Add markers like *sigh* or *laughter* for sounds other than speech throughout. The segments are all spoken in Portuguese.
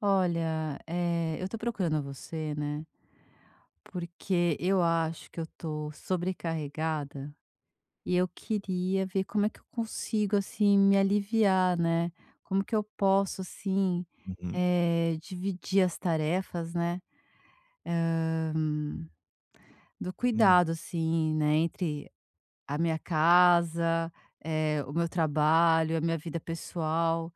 Olha, eu tô procurando você, né? Porque eu acho que eu tô sobrecarregada e eu queria ver como é que eu consigo, assim, me aliviar, né? Como que eu posso, assim, Uhum, dividir as tarefas, né? Ahn, do uhum. cuidado, assim, né? Entre a minha casa, o meu trabalho, a minha vida pessoal.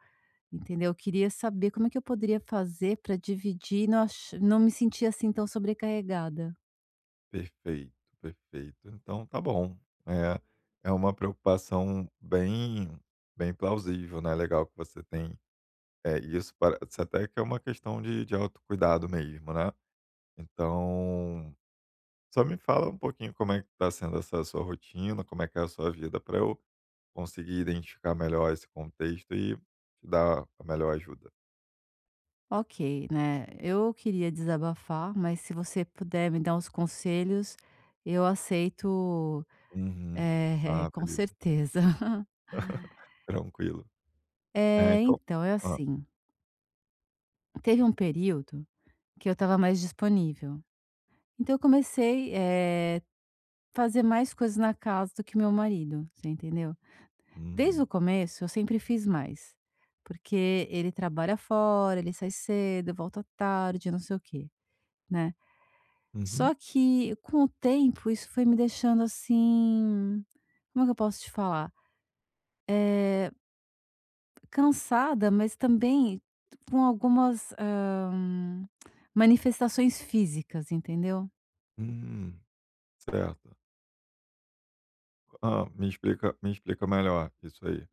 Entendeu? Eu queria saber como é que eu poderia fazer para dividir e não me sentir, assim, tão sobrecarregada. Perfeito, perfeito. Então tá bom. É, é uma preocupação bem plausível, né, legal que você tem, é isso parece até que é uma questão de autocuidado mesmo, né. Então, só me fala um pouquinho como é que tá sendo essa sua rotina, como é que é a sua vida para eu conseguir identificar melhor esse contexto e te dar a melhor ajuda. Ok, né, eu queria desabafar, mas se você puder me dar uns conselhos, eu aceito, Uhum. Ah, *laughs* com beleza, certeza. *laughs* tranquilo. É, Eh, então então é hã. assim, teve um período que eu estava mais disponível, então eu comecei a fazer mais coisas na casa do que meu marido, você entendeu? Desde o Uhum. começo eu sempre fiz mais, porque ele trabalha fora, ele sai cedo, volta tarde, não sei o quê, né. Uhum. Só que com o tempo isso foi me deixando, assim, como é que eu posso te falar? Eh, cansada, mas também com algumas, manifestações físicas, entendeu? Hum, certo. Ah, me explica melhor isso aí.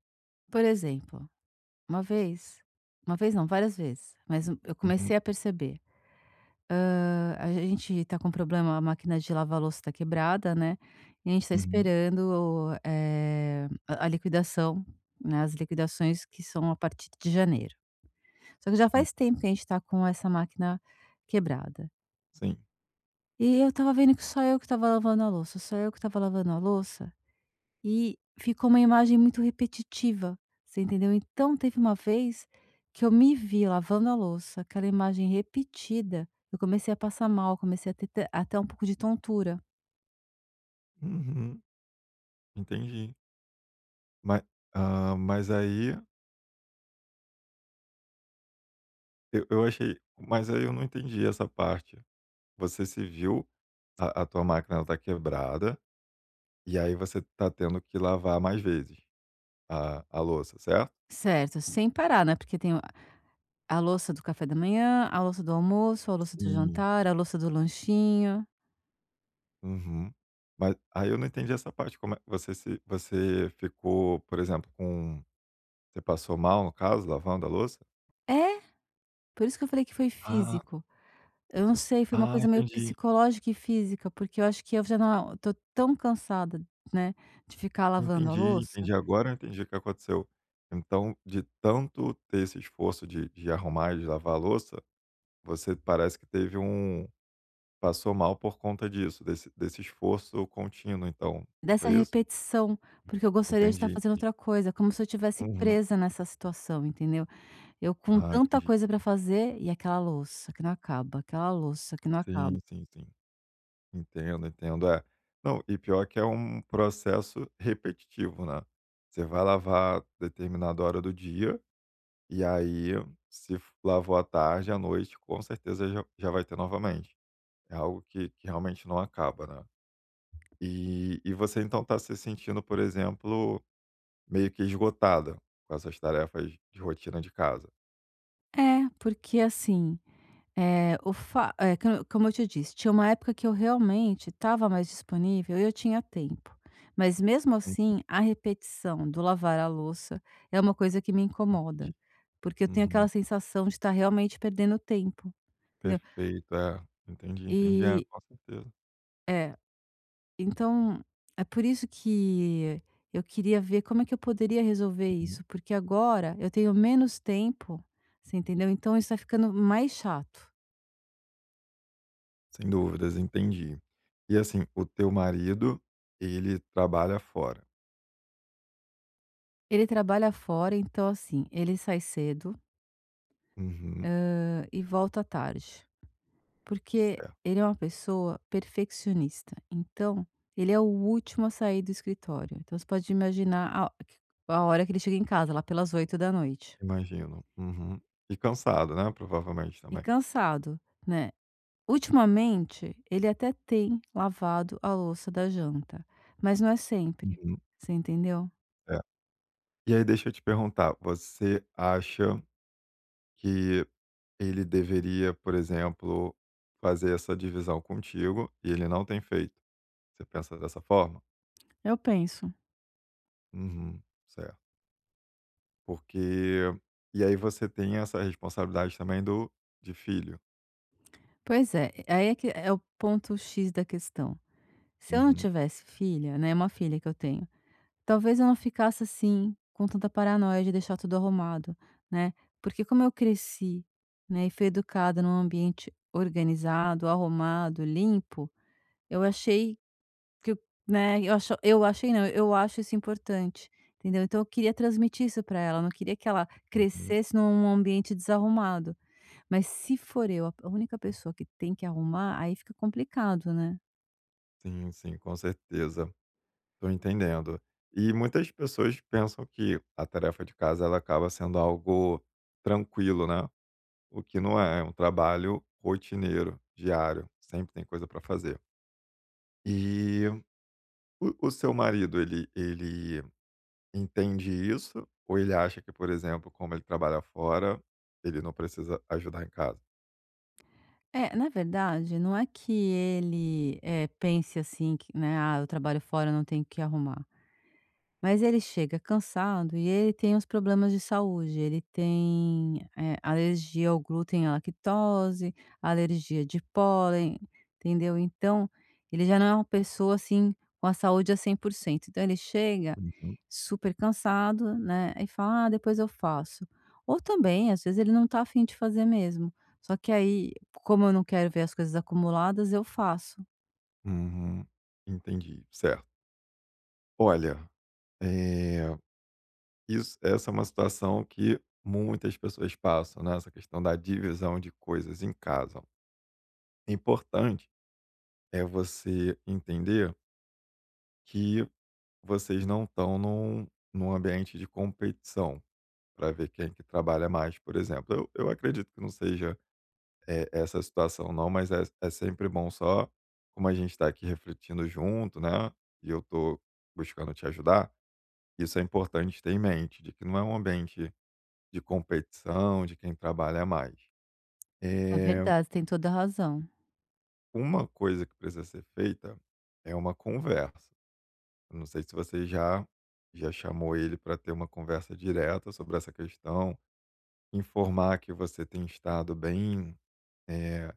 Por exemplo, uma vez uma vez não, várias vezes, mas eu Uhum, comecei a perceber. A gente tá com problema, a máquina de lavar louça tá quebrada, né, e a gente tá uhum, esperando, a liquidação, né, as liquidações que são a partir de janeiro. Só que já hum, faz tempo que a gente tá com essa máquina quebrada. sim. E eu estava vendo que só eu que estava lavando a louça, só eu que estava lavando a louça, e ficou uma imagem muito repetitiva, você entendeu? Então teve uma vez que eu me vi lavando a louça, aquela imagem repetida, eu comecei a passar mal, comecei a ter até um pouco de tontura. Uhum, entendi. Mas mas aí eu achei mas aí eu não entendi essa parte. Você se viu, a tua máquina está quebrada, e aí você está tendo que lavar mais vezes a louça, certo? Certo, sem parar, né, porque tem o a louça do café da manhã, a louça do almoço, a louça do Sim. jantar, a louça do lanchinho. Uhum. Mas aí eu não entendi essa parte, como é você se você ficou, por exemplo, com você passou mal, no caso, lavando a louça? É, por isso que eu falei que foi Ah. físico. Eu não sei, foi uma Ah, coisa meio entendi. psicológica e física, porque eu acho que eu já não tô tão cansada, né, de ficar lavando a Entendi, entendi. louça. Agora eu entendi o que aconteceu. Então, de tanto ter esse esforço de arrumar e de lavar a louça, você parece que teve passou mal por conta disso, desse esforço contínuo, então, não Dessa foi isso? repetição, porque eu gostaria de estar Entendi, fazendo entendi. outra coisa, como se eu tivesse Uhum. presa nessa situação, entendeu? Eu com Ah, tanta entendi. coisa para fazer e aquela louça que não acaba, aquela louça que não acaba. Sim, sim, sim. Entendo, entendo. É. Não, e pior que é um processo repetitivo, né. Você vai lavar determinada hora do dia. E aí, se lavou à tarde, à noite, com certeza já vai ter novamente. É algo que realmente não acaba, né? E você então está se sentindo, por exemplo, meio que esgotada com essas tarefas de rotina de casa. É, porque assim, eh, o fa eh, co como eu te disse, tinha uma época que eu realmente estava mais disponível e eu tinha tempo, mas mesmo assim, a repetição do lavar a louça é uma coisa que me Entendi. incomoda, porque eu tenho Uhum. aquela sensação de estar realmente perdendo tempo, entendeu? Perfeito, é. Entendi, entendi, é, E com certeza. é. Então, é por isso que eu queria ver como é que eu poderia resolver Uhum. isso, porque agora eu tenho menos tempo, você entendeu? Então isso tá ficando mais chato. Sem dúvidas, entendi. E assim, o teu marido, ele trabalha fora. Ele trabalha fora, então assim, ele sai cedo, Uhum. E volta à tarde, porque Certo, ele é uma pessoa perfeccionista, então ele é o último a sair do escritório. Então você pode imaginar a hora que ele chega em casa, lá pelas oito da noite. imagino. Uhum. E cansado, né? Provavelmente E também. cansado, né? Ultimamente, ele até tem lavado a louça da janta, mas não é sempre, Uhum, você entendeu? é. E aí deixa eu te perguntar, você acha que ele deveria, por exemplo, fazer essa divisão contigo e ele não tem feito? Você pensa dessa forma? Eu penso: Uhum, certo. Porque e aí você tem essa responsabilidade também do de filho. "Pois é", aí é que é o ponto X da questão. Se eu não Uhum, tivesse filha, né, uma filha que eu tenho, talvez eu não ficasse assim, com tanta paranoia de deixar tudo arrumado, né, porque como eu cresci, né, e fui educada num ambiente organizado, arrumado, limpo, eu achei Que eu né, eu acho eu achei não, eu acho isso importante, entendeu. Então eu queria transmitir isso para ela, eu não queria que ela uhum. crescesse num ambiente desarrumado. Mas se for eu a única Hum, pessoa que tem que arrumar, aí fica complicado, né. sim, sim, com certeza. Estou entendendo. E muitas pessoas pensam que a tarefa de casa ela acaba sendo algo tranquilo, né? O que não é, é um trabalho rotineiro, diário, sempre tem coisa para fazer. E o seu marido, ele entende isso? Ou ele acha que, por exemplo, como ele trabalha fora, ele não precisa ajudar em casa? É, na verdade, não é que ele, pense assim que, né: "Ah, eu trabalho fora, eu não tenho que arrumar". Mas ele chega cansado e ele tem uns problemas de saúde, ele tem, alergia ao glúten e à lactose, alergia de pólen, entendeu. Então, ele já não é uma pessoa, assim, com a saúde a 100%. Então ele chega Uhum. super cansado, né, e fala: "Ah, depois eu faço". Ou também, às vezes, ele não tá afim de fazer mesmo, só que aí, como eu não quero ver as coisas acumuladas, eu faço. Uhum, entendi, certo. Olha, é, isso, essa é uma situação que muitas pessoas passam, né? Essa questão da divisão de coisas em casa. É importante é você entender que vocês não estão num ambiente de competição para ver quem é que trabalha mais, por exemplo. Eu acredito que não seja essa situação, não, mas é sempre bom só, como a gente está aqui refletindo junto, né? E eu estou buscando te ajudar. Isso é importante ter em mente, de que não é um ambiente de competição, de quem trabalha mais. É É, verdade, tem toda a razão. uma coisa que precisa ser feita é uma conversa. Não sei se você já chamou ele para ter uma conversa direta sobre essa questão, informar que você tem estado bem, eh,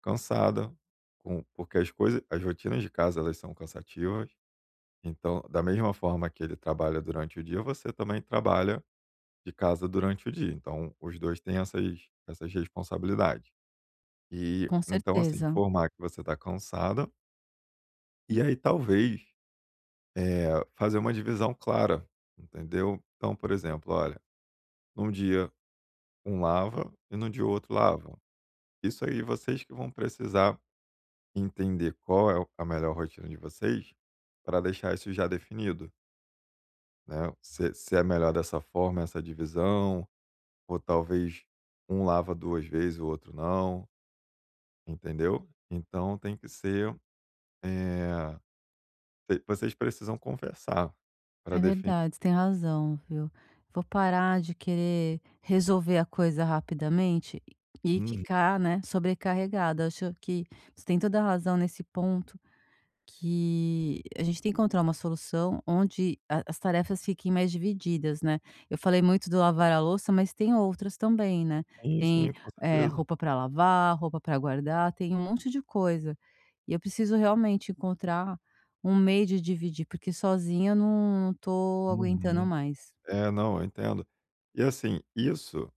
cansada, com porque as coisas as rotinas de casa, elas são cansativas, então da mesma forma que ele trabalha durante o dia, você também trabalha de casa durante o dia, então os 2 têm essas responsabilidades. E, Com então assim, certeza. informar que você está cansada, e aí talvez fazer uma divisão clara, entendeu? Então, por exemplo, olha, num dia um lava e num dia o outro lava. Isso aí vocês que vão precisar entender qual é a melhor rotina de vocês para deixar isso já definido, né? Se é melhor dessa forma, essa divisão, ou talvez um lava duas vezes, o outro não, entendeu? Então tem que ser. eh, vocês precisam conversar para É definir. verdade, você tem razão, viu. Vou parar de querer resolver a coisa rapidamente e Uhum, ficar, né, sobrecarregada. Acho que você tem toda a razão nesse ponto, que a gente tem que encontrar uma solução onde a as tarefas fiquem mais divididas, né. Eu falei muito do lavar a louça, mas tem outras também, né. sim, Tem, sim, com certeza. roupa para lavar, roupa para guardar, tem um monte de coisa. E eu preciso realmente encontrar um meio de dividir, porque sozinha eu não tô aguentando Uhum. mais. É, não, eu entendo. E assim, isso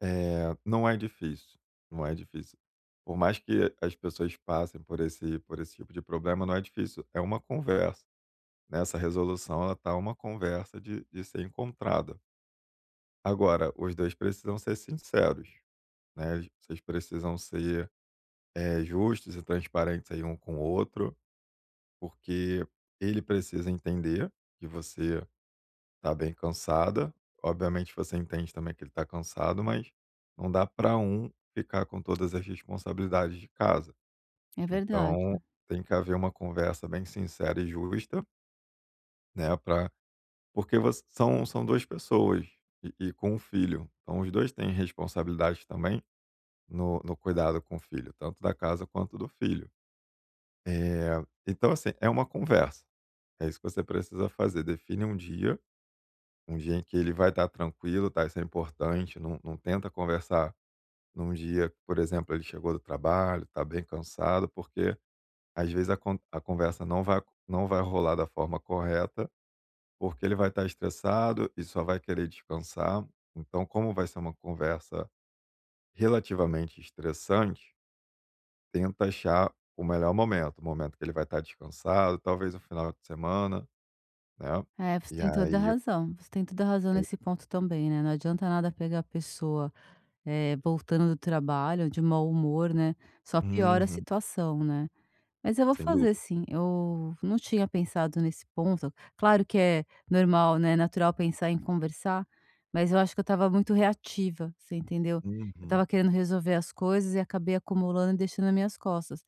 não é difícil, não é difícil. Por mais que as pessoas passem por esse tipo de problema, não é difícil. É uma conversa. Nessa resolução, ela tá uma conversa de ser encontrada. Agora, os dois precisam ser sinceros, né? Vocês precisam ser justos e transparentes aí um com o outro, porque ele precisa entender que você tá bem cansada. Obviamente você entende também que ele tá cansado, mas não dá para um ficar com todas as responsabilidades de casa. É verdade. Então, tem que haver uma conversa bem sincera e justa, né, para porque você, são 2 pessoas e com um filho. Então os 2 têm responsabilidades também no cuidado com o filho, tanto da casa quanto do filho. Então assim, é uma conversa. É isso que você precisa fazer, define um dia. Um dia em que ele vai estar tranquilo, tá? Isso é importante. Não, não tenta conversar num dia, por exemplo, ele chegou do trabalho, tá bem cansado, porque às vezes a conversa não vai rolar da forma correta, porque ele vai estar estressado e só vai querer descansar. Então, como vai ser uma conversa relativamente estressante, tenta achar o melhor momento, o momento que ele vai estar descansado, talvez o final de semana, né? É, você E tem toda a aí, razão, você tem toda a razão ok. nesse ponto também, né, não adianta nada pegar a pessoa, voltando do trabalho de mau humor, né, só piora a Uhum, situação, né. Mas eu vou sem fazer dúvida. sim, eu não tinha pensado nesse ponto. Claro que é normal, né, natural pensar em conversar, mas eu acho que eu estava muito reativa, você entendeu? Eu estava Uhum. querendo resolver as coisas e acabei acumulando e deixando nas minhas costas.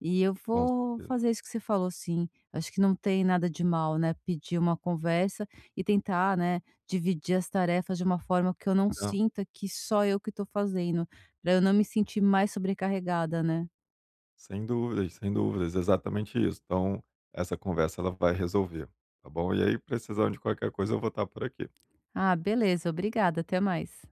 E eu Com vou certeza. fazer isso que você falou sim, acho que não tem nada de mal, né, pedir uma conversa e tentar, né, dividir as tarefas de uma forma que eu Pois não é, sinta que só eu que estou fazendo, para eu não me sentir mais sobrecarregada, né? sem dúvidas, sem dúvidas, exatamente isso. Então, essa conversa ela vai resolver, tá bom? E aí, precisando de qualquer coisa, eu vou estar por aqui. Ah, beleza, obrigada, até mais.